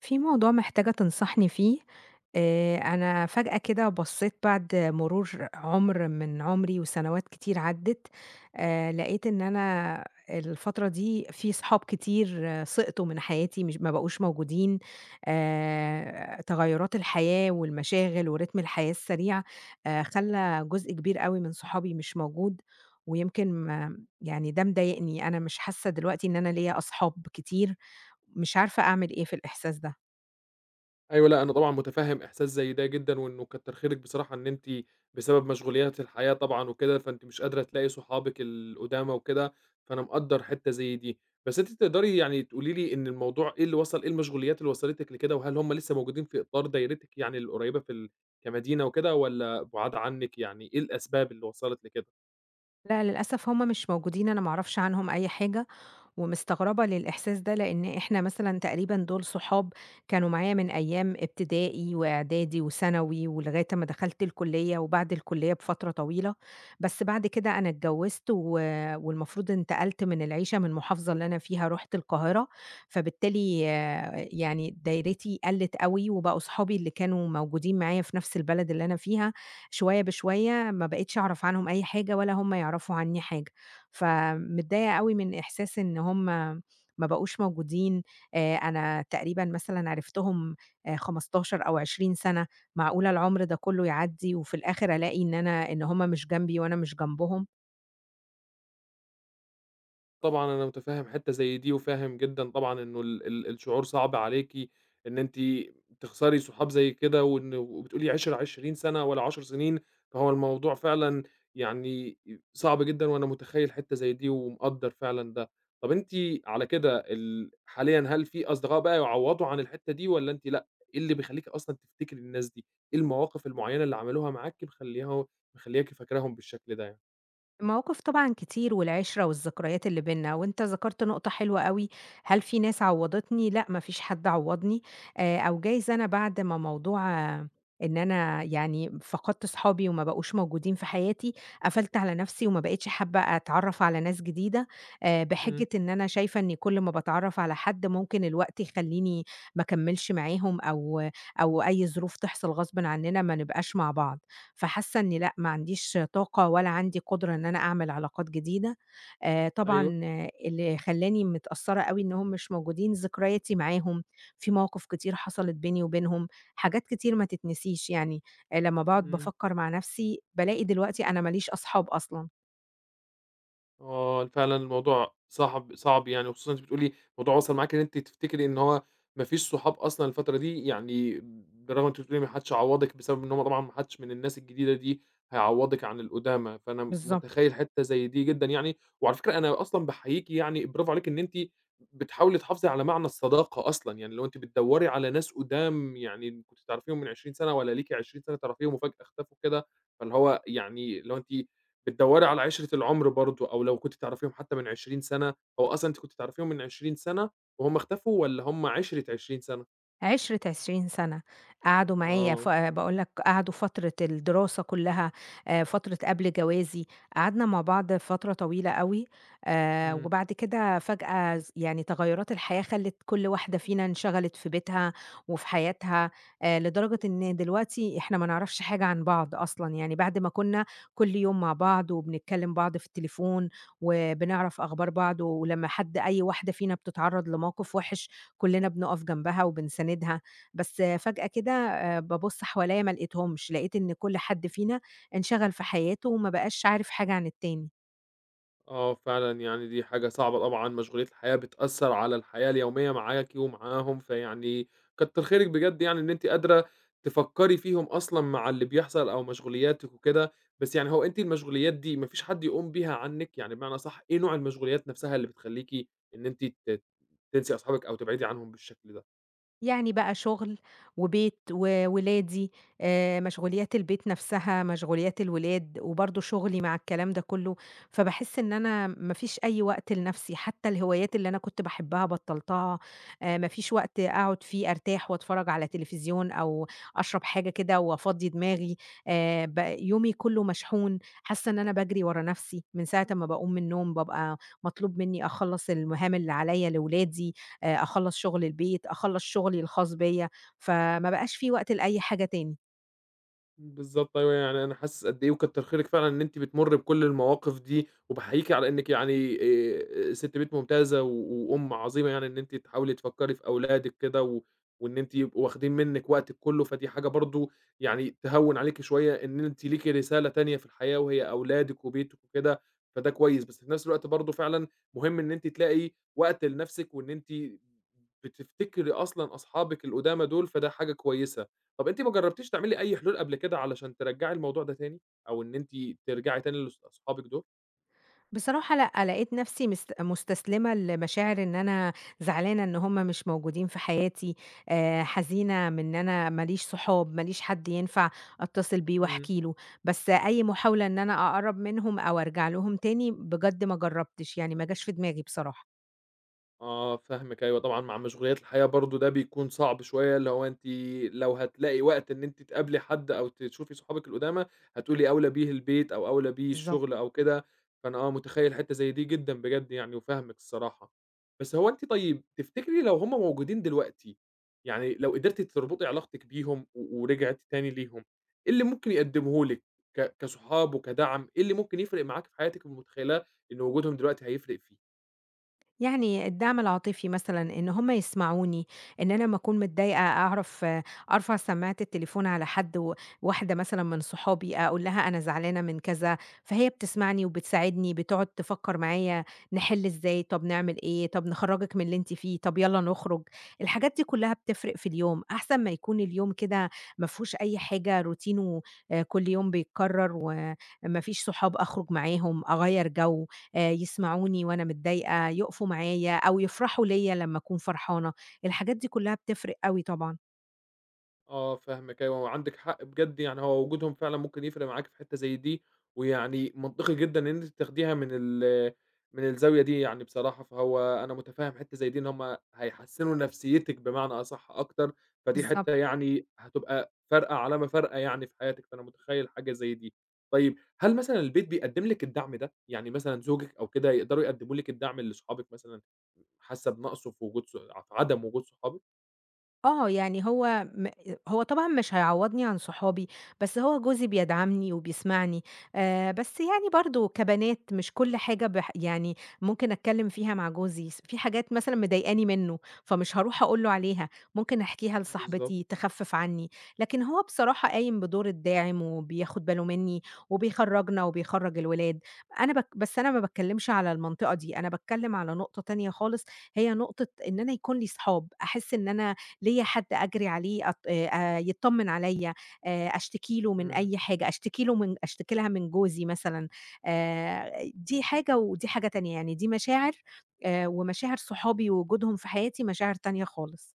في موضوع محتاجة تنصحني فيه، أنا فجأة كده بصّيت بعد مرور عُمر من عُمري وسنوات كتير عدّت، لقيت إن أنا الفترة دي في صحاب كتير سقطوا من حياتي مش ما بقوش موجودين، تغيُّرات الحياة والمشاغل ورتم الحياة السريع، خلّى جزء كبير أوي من صحابي مش موجود، ويمكن ما يعني ده مضايقني، أنا مش حاسة دلوقتي إن أنا ليّا أصحاب كتير، مش عارفة أعمل إيه في الإحساس ده. أيوه، لأ، أنا طبعًا مُتفهِّم إحساس زي ده جدًا، وإنه كتّر خيرِك بصراحة إن أنتِ بسبب مشغوليات الحياة طبعًا وكده، فأنتِ مش قادرة تلاقي صحابِك القُدامى وكده، فأنا مقدّر حتّة زي دي. بس أنتِ تقدري يعني تقولي لي إن الموضوع إيه المشغوليات اللي وصلتِك لكده، وهل هم لسه موجودين في إطار دايرتِك يعني القريّبة في ال كمدينة وكده والّا بُعاد عنِّك، يعني إيه الأسباب اللي وصلت لكده؟ لأ، للأسف هُم مش موجودين، أنا ما أعرفش عنهم أي حاجة، ومستغربة للإحساس ده، لإن إحنا مثلًا تقريبًا دول صحاب كانوا معايا من أيام ابتدائي وإعدادي وثانوي ولغاية أمّا دخلت الكُلّية وبعد الكُلّية بفترة طويلة، بس بعد كده أنا اتجوّزت والمفروض انتقلت من العيشة من المحافظة اللي أنا فيها رُحت القاهرة، فبالتالي يعني دايرتي قَلِّت أوي وبقوا صحابي اللي كانوا موجودين معايا في نفس البلد اللي أنا فيها شوية بشوية ما بقيتش أعرف عنهم أي حاجة ولا هم يعرفوا عني حاجة. فمتضايقة أوي من إحساس إن هم ما بقوش موجودين، أنا تقريبًا مثلًا عرفتهم 15 أو 20 سَنة، معقولة العُمر ده كُلّه يعدّي وفي الآخر ألاقي إن أنا إن هم مش جنبي وأنا مش جنبهم! طبعًا أنا متفهم حتّة زي دي، وفاهم جدًا طبعًا إنه ال ال الشعور صعب عليكِ، إن أنتِ تخسري صحاب زي كده، وإن وبتقولي عِشرة 20 سنة والّا 10 سنين، فهو الموضوع فعلًا يعني صعب جدًا، وأنا متخيّل حتّة زي دي ومقدّر فعلًا ده. طَب أنتِ على كده حاليًا هل في أصدقاء بقى يعوّضوا عن الحتّة دي والّا أنتِ لأ، إيه اللي بيخلّيكِ أصلًا تفتكري الناس دي؟ إيه المواقف المعيّنة اللي عملوها معاكِ مخلّياكِ فاكراهم بالشكل ده يعني؟ مواقف طبعًا كتير والعِشرة والذكريات اللي بيننا، وأنت ذكرت نقطة حلوة أوي، هل في ناس عوّضتني؟ لأ، ما فيش حد عوّضني، أو جايز أنا بعد ما موضوع إن أنا يعني فقدت صحابي وما بقوش موجودين في حياتي، قفلت على نَفْسي وما بقيتش حابة أتعرّف على ناس جديدة، إمم، بحجة إن أنا شايفة إني كل ما باتعرّف على حد ممكن الوقت يخلّيني ما أكمّلش معاهم أو أي ظروف تحصل غصبٍ عنّنا ما نبقاش مع بعض. فحاسة إني لأ، ما عنديش طاقة ولا عندي قدرة إن أنا أعمل علاقات جديدة. أيوه، طبعًا اللي خلّاني متأثّرة أوي إنّهم مش موجودين ذكرياتي معاهم، في مواقف كتير حصلت بيني وبينهم، حاجات كتير ما تتنسيش يعني. لمّا باقعد إمم. بافكّر مع نَفْسي، بالاقي دلوقتي أنا ما ليش أصحاب أصلًا. آه، فعلًا الموضوع صعب صعب يعني، وخصوصًا أنتِ بتقولي الموضوع وصل معاكِ إن أنتِ تفتكري إن هو ما فيش صحاب أصلًا الفترة دي، يعني بالرغم أنتِ بتقولي ما حدش عوّضِك بسبب إن هم طبعًا ما حدش من الناس الجديدة دي هيعوّضِك عن القدامى، فأنا بالضبط. متخيّل حتّة زي دي جدًا يعني، وعلى فكرة أنا أصلًا باحييكِ يعني برافو عليكِ إن أنتِ بتحاولي تحافظي على معنى الصداقة أصلًا، يعني اللي هو أنتِ بتدوّري على ناس قدام يعني كنتِ تعرفيهم من 20 سَنة والّا ليكِ 20 سَنة تعرفيهم وفجأة اختفوا كده، فاللي هو يعني اللي هو أنتِ بتدوّري على عِشرة العُمر برضه أو لو كنتِ تعرفيهم حتى من 20 سَنة، هو أصلًا أنتِ كنتِ تعرفيهم من 20 سَنة وهُم اختفوا والّا هُم عِشرة 20 سَنة؟ عِشرة 20 سَنة، قعدوا معايا ف آه، آه، باقول لك قعدوا فترة الدراسة كلّها، فترة قبل جوازي، قعدنا مع بعض فترة طويلة أوي، إمم، وبعد كده فجأة يعني تغيُّرات الحياة خلِّت كل واحدة فينا انشغلِت في بيتها وفي حياتها، لدرجة إن دلوقتي إحنا ما نعرفش حاجة عن بعض أصلًا، يعني بعد ما كُنّا كل يوم مع بعض وبنتكلِّم بعض في التليفون وبنعرف أخبار بعض ولمّا حد أي واحدة فينا بتتعرّض لموقف وِحِش، كلنا بنقف جنبها وبنساندها، بس فجأة كده بابُص حواليّا ما لقيتهمش، لقيت إن كل حد فينا انشغل في حياته وما بقاش عارف حاجة عن التاني. آه فعلًا يعني دي حاجة صعبة طبعًا، مشغولية الحياة بتأثّر على الحياة اليومية معاكِ ومعاهم، فيعني كتّر خيرِك بجد يعني إن أنتِ قادرة تفكّري فيهم أصلًا مع اللي بيحصل أو مشغولياتِك وكده، بس يعني هو أنتِ المشغوليات دي ما فيش حد يقوم بيها عنِّك؟ يعني بمعنى أصح إيه نوع المشغوليات نَفْسها اللي بتخلّيكِ إن أنتِ تنسي أصحابِك أو تبعدي عنهم بالشكل ده؟ يعني بقى شغل وبيت وولادي، مشغوليات البيت نفسها، مشغوليات الولاد، وبرضه شغلي مع الكلام ده كُلّه، فباحس إن أنا ما فيش أي وقت لنفسي، حتى الهوايات اللي أنا كنت باحبها بطّلتها، ما فيش وقت أقعد فيه أرتاح وأتفرّج على تلفزيون أو أشرب حاجة كده وأفضّي دماغي، ب يومي كُلّه مشحون، حاسة إن أنا باجري ورا نفسي، من ساعة أمّا باقوم من النوم بابقى مطلوب منّي أخلّص المهام اللي عليّا لولادي، أخلّص شغل البيت، أخلّص شغلي الخاص بيّا، فما بقاش في وقت لأي حاجة تاني. بالضبط أيوه، يعني أنا حاسس قد إيه وكتّر خيرِك فعلًا إن أنتِ بتمُرّي بكل المواقف دي، وباحييكِ على إنِّك يعني سِت بيت ممتازة و وأم عظيمة يعني إن أنتِ تحاولي تفكّري في أولادِك كده و وإن أنتِ يبقوا واخدين منِّك وقتِك كُلّه، فدي حاجة برضه يعني تهوّن عليكِ شوية إن أنتِ ليكِ رسالة تانية في الحياة وهي أولادِك وبيتِك وكده، فده كويس، بس في نفس الوقت برضه فعلًا مهم إن أنتِ تلاقي وقت لنَفْسِك وإن أنتِ بتفتكري أصلًا أصحابِك القُدامى دول، فده حاجة كويسة. طب أنتِ ما جرّبتيش تعملي أي حلول قبل كده علشان ترجّعي الموضوع ده تاني، أو إن أنتِ ترجعي تاني لأصحابِك دول؟ بصراحة لأ، لقيت نفسي مستسلمة لمشاعر إن أنا زعلانة إن هُم مش موجودين في حياتي، حزينة من إن أنا ما ليش صحاب، ما ليش حد ينفع أتصل بيه إمم. وأحكي له، بس أي محاولة إن أنا أقرّب منهم أو أرجع لهم تاني بجد ما جرّبتش، يعني ما جاش في دماغي بصراحة. آه، فاهمِك أيوه طبعًا مع مشغوليات الحياة برضه ده بيكون صعب شوية، اللي هو أنتِ لو هتلاقي وقت إن أنتِ تقابلي حد أو تشوفي صحابِك القدامى، هتقولي أولى بيه البيت أو أولى بيه بالضبط. الشغل أو كده، فأنا آه، متخيّل حتّة زي دي جدًا بجد يعني وفاهمِك الصراحة. بس هو أنتِ طيب تفتكري لو هم موجودين دلوقتي، يعني لو قدرتِ تربطي علاقتِك بيهم و ورجعتِ تاني ليهم، إيه اللي ممكن يقدموه لِك كصحاب وكدعم، إيه اللي ممكن يفرق معاكِ في حياتِك ومتخيّلاه إن وجودهم دلوقتي هيفرق فيه؟ يعني الدعم العاطفي مثلًا، إن هم يسمعوني، إن أنا أمّا أكون متضايقة أعرف أرفع سماعة التليفون على حد واحدة مثلًا من صحابي أقول لها أنا زعلانة من كذا، فهي بتسمعني وبتساعدني، بتقعد تفكّر معايا نحِل إزاي، طب نعمل إيه، طب نخرّجِك من اللي أنتِ فيه، طب يالّا نخرج، الحاجات دي كلّها بتفرق في اليوم، أحسن ما يكون اليوم كده ما فيهوش أي حاجة روتينه كل يوم بيتكرر وما فيش صحاب أخرج معاهم، أغيّر جو. يسمعوني وأنا متضايقة، يُقفوا معايا أو يفرحوا ليّا لمّا أكون فرحانة، الحاجات دي كلّها بتفرق أوي طبعًا. آه، فاهمِك أيوه، وعندِك حق بجد يعني هو وجودهم فعلًا ممكن يفرق معاكِ في حتّة زي دي، ويعني منطقي جدًا إن أنتِ تاخديها من الزاوية دي يعني بصراحة، فهو أنا متفهم حتّة زي دي إن هم هيحسّنوا نفسيتِك بمعنى أصح أكتر، فدي بالضبط. حتّة يعني هتبقى فارقة علامة فارقة يعني في حياتِك، فأنا متخيّل حاجة زي دي. طيب هل مثلًا البيت بيقدّم لِك الدعم ده؟ يعني مثلًا زوجِك أو كده يقدروا يقدّموا لِك الدعم اللي صحابِك مثلًا حاسة بنقصه في وجود في عدم وجود صحابِك؟ يعني هو طبعًا مش هيعوّضني عن صحابي، بس هو جوزي بيدعمني وبيسمعني، بس يعني برضه كبنات مش كل حاجة يعني ممكن أتكلّم فيها مع جوزي، في حاجات مثلًا مضايقاني منّه، فمش هاروح أقول له عليها، ممكن أحكيها بالضبط، لصاحبتي تخفِّف عني، لكن هو بصراحة قايم بدور الداعم وبياخد باله منّي وبيخرّجنا وبيخرّج الولاد، أنا بس أنا ما باتكلّمش على المنطقة دي، أنا باتكلّم على نقطة تانية خالص، هي نقطة إن أنا يكون لي صحاب، أحس إن أنا ليّا حد أجري عليه أط يتطمن عليّا، أشتكي له من إمم. أي حاجة، أشتكي له من أشتكي لها من جوزي مثلًا، دي حاجة ودي حاجة تانية، يعني دي مشاعر ومشاعر صحابي ووجودهم في حياتي مشاعر تانية خالص.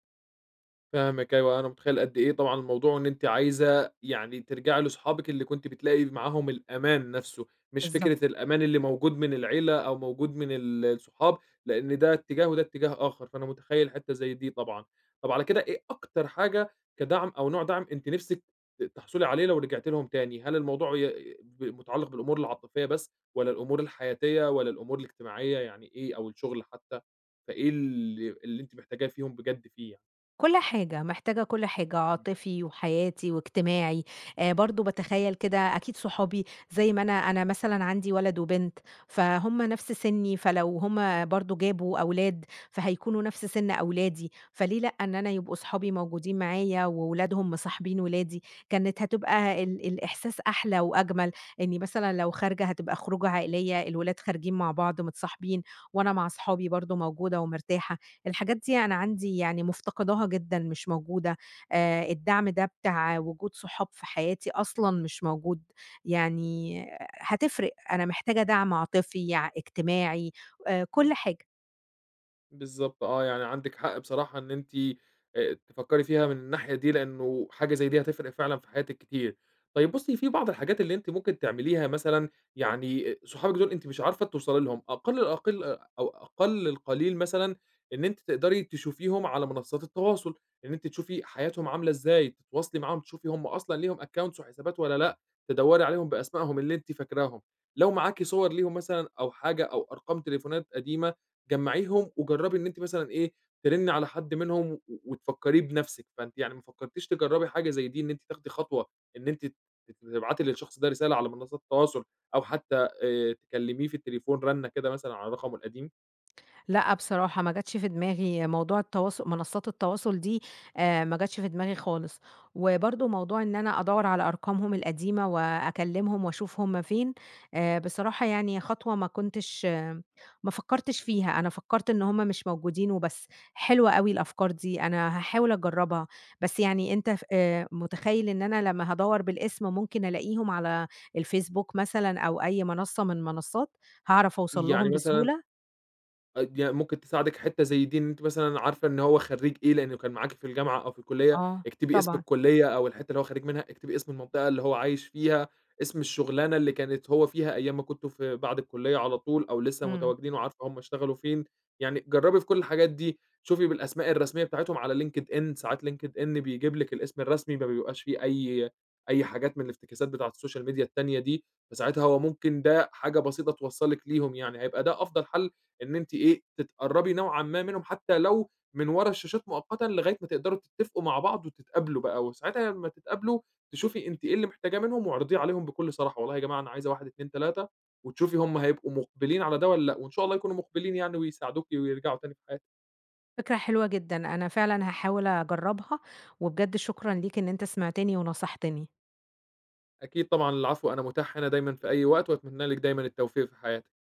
فاهمِك أيوه، أنا متخيّل قد إيه طبعًا الموضوع إن أنتِ عايزة يعني ترجعي لصحابِك اللي كنتِ بتلاقي معاهم الأمان نَفْسه، مش بالضبط. فكرة الأمان اللي موجود من العيلة أو موجود من ال الصحاب، لإن ده اتجاه وده اتجاه آخر، فأنا متخيّل حتّة زي دي طبعًا. طَب على كده إيه أكتر حاجة كدعم أو نوع دعم أنتِ نِفْسِك تحصلي عليه لو رجعتِ لهم تاني؟ هل الموضوع ي ب متعلّق بالأمور العاطفية بس والّا الأمور الحياتية والّا الأمور الاجتماعية يعني إيه أو الشغل حتّى، فإيه اللي أنتِ محتاجاه فيهم بجد فيه يعني؟ كل حاجة، محتاجة كل حاجة، عاطفي وحياتي واجتماعي، برضه باتخيّل كده أكيد صحابي زي ما أنا مثلًا عندي ولد وبنت، فهُم نفْس سِنّي، فلو هُم برضه جابوا أولاد، فهيكونوا نفْس سِن أولادي، فليه لأ إن أنا يبقوا صحابي موجودين معايا وولادهم مصاحبين ولادي، كانت هتبقى الإحساس أحلى وأجمل، إنّي مثلًا لو خارجة هتبقى خروجة عائلية، الولاد خارجين مع بعض متصاحبين وأنا مع صحابي برضه موجودة ومرتاحة. الحاجات دي أنا عندي يعني مفتقداها جدًا مش موجودة، الدعم ده بتاع وجود صحاب في حياتي أصلًا مش موجود، يعني هتفرق، أنا محتاجة دعم عاطفي، اجتماعي، كل حاجة. بالضبط آه، يعني عندِك حق بصراحة إن أنتِ تفكّري فيها من الناحية دي، لإنه حاجة زي دي هتفرق فعلًا في حياتِك كتير. طيب بُصّي، في بعض الحاجات اللي أنتِ ممكن تعمليها مثلًا، يعني صحابِك دول أنتِ مش عارفة توصلي لهم، أقل الأقل أو أقل القليل مثلًا إن أنتِ تقدري تشوفيهم على منصّات التواصل، إن أنتِ تشوفي حياتهم عاملة إزاي، تتواصلي معاهم، تشوفي هم أصلًا ليهم accounts وحسابات والّا لأ، تدوّري عليهم بأسمائهم اللي أنتِ فاكراهم. لو معاكِ صور ليهم مثلًا أو حاجة أو أرقام تليفونات قديمة جمّعيهم وجرّبي إن أنتِ مثلًا إيه، ترنّي على حد منهم وتفكّريه بنَفْسِك، فأنتِ يعني ما فكّرتيش تجرّبي حاجة زي دي إن أنتِ تاخدي خطوة إن أنتِ تبعتي للشخص ده رسالة على منصات التواصل أو حتى تكلّميه في التليفون رنّة كده مثلًا على رقمه القديم، لأ بصراحة ما جاتش في دماغي موضوع التواصل منصات التواصل دي ما جاتش في دماغي خالص، وبرضه موضوع إن أنا أدوّر على أرقامهم القديمة وأكلمهم وأشوف هُم فين، بصراحة يعني خطوة ما فكّرتش فيها، أنا فكّرت إن هُم مش موجودين وبس، حلوة أوي الأفكار دي، أنا هاحاول أجرّبها، بس يعني أنت ف متخيّل إن أنا لمّا هادوّر بالاسم ممكن ألاقيهم على الفيسبوك مثلًا أو أي منصة من المنصات، هاعرف أوصل يعني لهم مثلًا بسهولة؟ آه، يعني ممكن تساعدِك حتّة زي دي، إن أنتِ مثلًا عارفة إن هو خرّيج إيه، لإنه كان معاكِ في الجامعة أو في الكلية، آه، اكتبي اسم طبعًا. الكلية أو الحتّة اللي هو خرّيج منها، اكتبي اسم المنطقة اللي هو عايش فيها، اسم الشغلانة اللي كانت هو فيها أيام ما كنتم في بعد الكلية على طول أو لسه إمم. متواجدين وعارفة هم اشتغلوا فين، يعني جرّبي في كل الحاجات دي، شوفي بالأسماء الرسمية بتاعتهم على LinkedIn، ساعات LinkedIn بيجيب لِك الاسم الرسمي ما بيبقاش فيه أي حاجات من الافتكاسات بتاعة السوشيال ميديا التانية دي، فساعتها هو ممكن ده حاجة بسيطة توصّلِك ليهم يعني، هيبقى ده أفضل حل إن أنتِ إيه، تتقرّبي نوعًا ما منهم حتى لو من ورا الشاشات مؤقتًا لغاية ما تقدروا تتفقوا مع بعض وتتقابلوا بقى، وساعتها لمّا تتقابلوا تشوفي أنتِ إيه اللي محتاجاه منهم واعرضيه عليهم بكل صراحة، والله يا جماعة أنا عايزة 1، 2، 3 وتشوفي هم هيبقوا مُقبلين على ده والّا لأ، وإن شاء الله يكونوا مُقبلين يعني ويساعدوكِ ويرجعوا تاني في حياتِك. فكرة حلوة جدًا، أنا فعلًا هاحاول أجرّبها، وبجد شكرًا ليك إن أنت سمعتني ونصحتني. أكيد طبعًا العفو، أنا متاح هنا دايمًا في أي وقت وأتمنى لِك دايمًا التوفيق في حياتِك.